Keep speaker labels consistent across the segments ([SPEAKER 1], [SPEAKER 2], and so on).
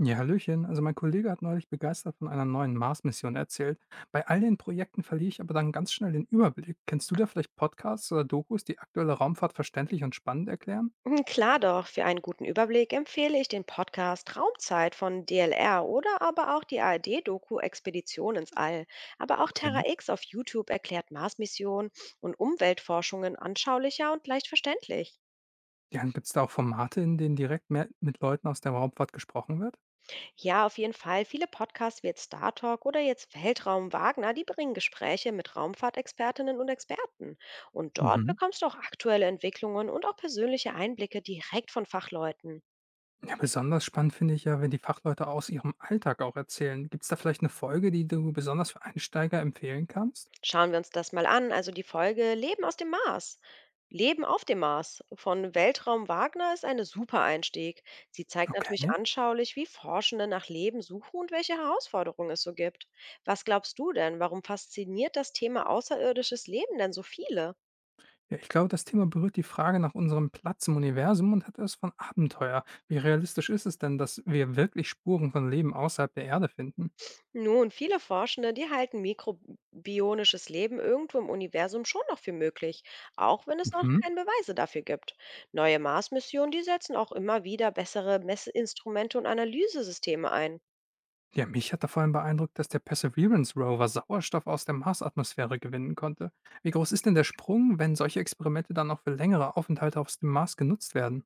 [SPEAKER 1] Ja, Hallöchen. Also mein Kollege hat neulich begeistert von einer neuen Mars-Mission erzählt. Bei all den Projekten verliere ich aber dann ganz schnell den Überblick. Kennst du da vielleicht Podcasts oder Dokus, die aktuelle Raumfahrt verständlich und spannend erklären?
[SPEAKER 2] Hm, klar doch, für einen guten Überblick empfehle ich den Podcast Raumzeit von DLR oder aber auch die ARD-Doku Expedition ins All. Aber auch
[SPEAKER 1] Okay.
[SPEAKER 2] Terra X auf YouTube erklärt Marsmissionen und Umweltforschungen anschaulicher und leicht verständlich.
[SPEAKER 1] Ja, gibt es da auch Formate, in denen direkt mehr mit Leuten aus der Raumfahrt gesprochen wird?
[SPEAKER 2] Ja, auf jeden Fall, viele Podcasts wie jetzt Star Talk oder jetzt Weltraum Wagner, die bringen Gespräche mit Raumfahrtexpertinnen und Experten. Und dort
[SPEAKER 1] Mhm.
[SPEAKER 2] bekommst du auch aktuelle Entwicklungen und auch persönliche Einblicke direkt von Fachleuten.
[SPEAKER 1] Ja, besonders spannend finde ich ja, wenn die Fachleute aus ihrem Alltag auch erzählen. Gibt es da vielleicht eine Folge, die du besonders für Einsteiger empfehlen kannst?
[SPEAKER 2] Schauen wir uns das mal an. Also die Folge Leben aus dem Mars. Leben auf dem Mars von Weltraum Wagner ist eine super Einstieg. Sie zeigt natürlich
[SPEAKER 1] Okay.
[SPEAKER 2] anschaulich, wie Forschende nach Leben suchen und welche Herausforderungen es so gibt. Was glaubst du denn? Warum fasziniert das Thema außerirdisches Leben denn so viele?
[SPEAKER 1] Ja, ich glaube, das Thema berührt die Frage nach unserem Platz im Universum und hat etwas von Abenteuer. Wie realistisch ist es denn, dass wir wirklich Spuren von Leben außerhalb der Erde finden?
[SPEAKER 2] Nun, viele Forschende, die halten mikrobionisches Leben irgendwo im Universum schon noch für möglich, auch wenn es noch
[SPEAKER 1] Mhm.
[SPEAKER 2] keine Beweise dafür gibt. Neue Mars-Missionen, die setzen auch immer wieder bessere Messinstrumente und Analysesysteme ein.
[SPEAKER 1] Ja, mich hat da vor allem beeindruckt, dass der Perseverance Rover Sauerstoff aus der Marsatmosphäre gewinnen konnte. Wie groß ist denn der Sprung, wenn solche Experimente dann auch für längere Aufenthalte auf dem Mars genutzt werden?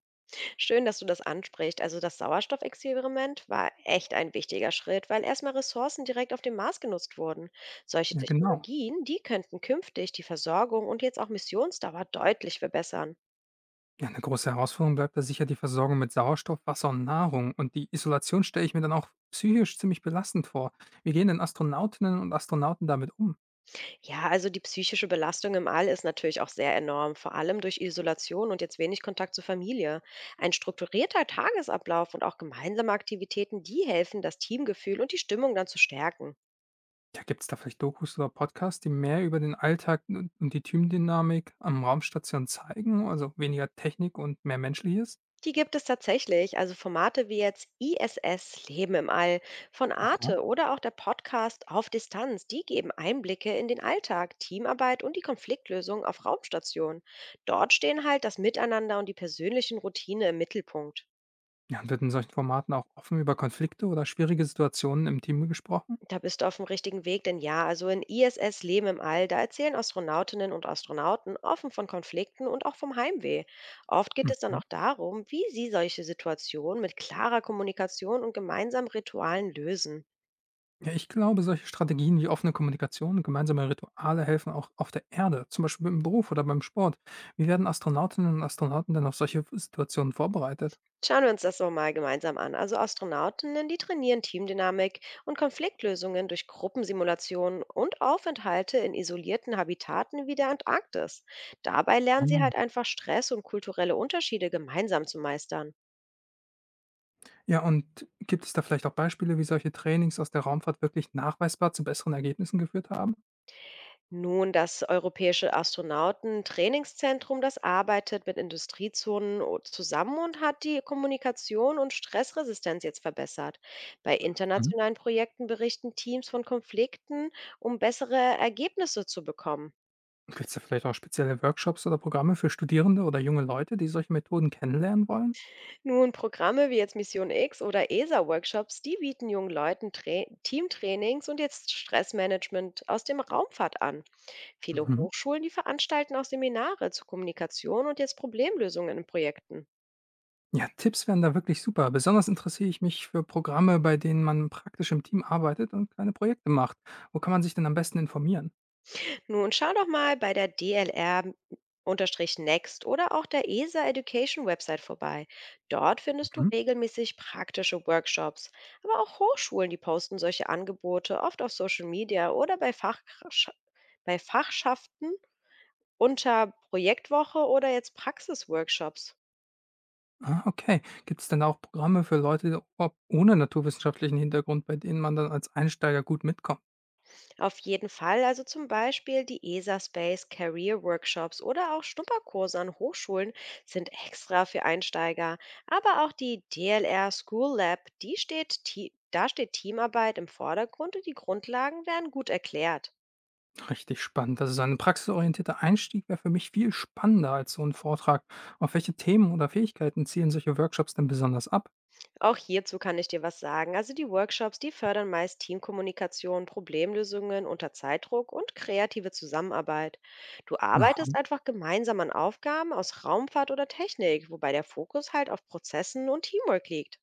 [SPEAKER 2] Schön, dass du das ansprichst. Also das Sauerstoffexperiment war echt ein wichtiger Schritt, weil erstmal Ressourcen direkt auf dem Mars genutzt wurden. Solche
[SPEAKER 1] Ja, genau.
[SPEAKER 2] Technologien, die könnten künftig die Versorgung und jetzt auch Missionsdauer deutlich verbessern.
[SPEAKER 1] Ja, eine große Herausforderung bleibt da sicher die Versorgung mit Sauerstoff, Wasser und Nahrung. Und die Isolation stelle ich mir dann auch psychisch ziemlich belastend vor. Wie gehen denn Astronautinnen und Astronauten damit um?
[SPEAKER 2] Ja, also die psychische Belastung im All ist natürlich auch sehr enorm, vor allem durch Isolation und jetzt wenig Kontakt zur Familie. Ein strukturierter Tagesablauf und auch gemeinsame Aktivitäten, die helfen, das Teamgefühl und die Stimmung dann zu stärken.
[SPEAKER 1] Ja, gibt es da vielleicht Dokus oder Podcasts, die mehr über den Alltag und die Teamdynamik am Raumstation zeigen, also weniger Technik und mehr Menschliches?
[SPEAKER 2] Die gibt es tatsächlich, also Formate wie jetzt ISS Leben im All von
[SPEAKER 1] Aha.
[SPEAKER 2] Arte oder auch der Podcast Auf Distanz, die geben Einblicke in den Alltag, Teamarbeit und die Konfliktlösung auf Raumstation. Dort stehen halt das Miteinander und die persönlichen Routine im Mittelpunkt.
[SPEAKER 1] Ja, und wird in solchen Formaten auch offen über Konflikte oder schwierige Situationen im Team gesprochen?
[SPEAKER 2] Da bist du auf dem richtigen Weg, denn ja, also in ISS Leben im All, da erzählen Astronautinnen und Astronauten offen von Konflikten und auch vom Heimweh. Oft geht es dann
[SPEAKER 1] Mhm.
[SPEAKER 2] auch darum, wie sie solche Situationen mit klarer Kommunikation und gemeinsamen Ritualen lösen.
[SPEAKER 1] Ja, ich glaube, solche Strategien wie offene Kommunikation und gemeinsame Rituale helfen auch auf der Erde, zum Beispiel im Beruf oder beim Sport. Wie werden Astronautinnen und Astronauten denn auf solche Situationen vorbereitet?
[SPEAKER 2] Schauen wir uns das doch mal gemeinsam an. Also Astronautinnen, die trainieren Teamdynamik und Konfliktlösungen durch Gruppensimulationen und Aufenthalte in isolierten Habitaten wie der Antarktis. Dabei lernen sie halt einfach Stress und kulturelle Unterschiede gemeinsam zu meistern.
[SPEAKER 1] Ja, und gibt es da vielleicht auch Beispiele, wie solche Trainings aus der Raumfahrt wirklich nachweisbar zu besseren Ergebnissen geführt haben?
[SPEAKER 2] Nun, das Europäische Astronautentrainingszentrum, das arbeitet mit zusammen und hat die Kommunikation und Stressresistenz jetzt verbessert. Bei
[SPEAKER 1] Mhm.
[SPEAKER 2] internationalen Projekten berichten Teams von Konflikten, um bessere Ergebnisse zu bekommen.
[SPEAKER 1] Gibt es da vielleicht auch spezielle Workshops oder Programme für Studierende oder junge Leute, die solche Methoden kennenlernen wollen?
[SPEAKER 2] Nun, Programme wie jetzt Mission X oder ESA-Workshops, die bieten jungen Leuten Tra Teamtrainings und jetzt Stressmanagement aus dem Raumfahrt an. Viele
[SPEAKER 1] Mhm.
[SPEAKER 2] Hochschulen, die veranstalten auch Seminare zu Kommunikation und jetzt Problemlösungen in Projekten.
[SPEAKER 1] Ja, Tipps wären da wirklich super. Besonders interessiere ich mich für Programme, bei denen man praktisch im Team arbeitet und kleine Projekte macht. Wo kann man sich denn am besten informieren?
[SPEAKER 2] Nun schau doch mal bei der DLR-Next oder auch der ESA Education Website vorbei. Dort findest du
[SPEAKER 1] Mhm.
[SPEAKER 2] regelmäßig praktische Workshops. Aber auch Hochschulen, die posten solche Angebote oft auf Social Media oder bei Fachschaften unter Projektwoche oder jetzt Praxisworkshops.
[SPEAKER 1] Ah, okay. Gibt es denn auch Programme für Leute ob ohne naturwissenschaftlichen Hintergrund, bei denen man dann als Einsteiger gut mitkommt?
[SPEAKER 2] Auf jeden Fall, also zum Beispiel die ESA Space Career Workshops oder auch Schnupperkurse an Hochschulen sind extra für Einsteiger. Aber auch die DLR School Lab, da steht Teamarbeit im Vordergrund und die Grundlagen werden gut erklärt.
[SPEAKER 1] Richtig spannend. Also so ein praxisorientierter Einstieg wäre für mich viel spannender als so ein Vortrag. Auf welche Themen oder Fähigkeiten zielen solche Workshops denn besonders ab?
[SPEAKER 2] Auch hierzu kann ich dir was sagen. Also die Workshops, die fördern meist Teamkommunikation, Problemlösungen unter Zeitdruck und kreative Zusammenarbeit. Du
[SPEAKER 1] Aha.
[SPEAKER 2] arbeitest einfach gemeinsam an Aufgaben aus Raumfahrt oder Technik, wobei der Fokus halt auf Prozessen und Teamwork liegt.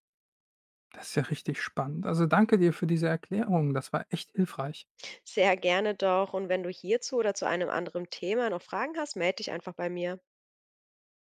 [SPEAKER 1] Das ist ja richtig spannend. Also danke dir für diese Erklärung. Das war echt hilfreich.
[SPEAKER 2] Sehr gerne doch. Und wenn du hierzu oder zu einem anderen Thema noch Fragen hast, melde dich einfach bei mir.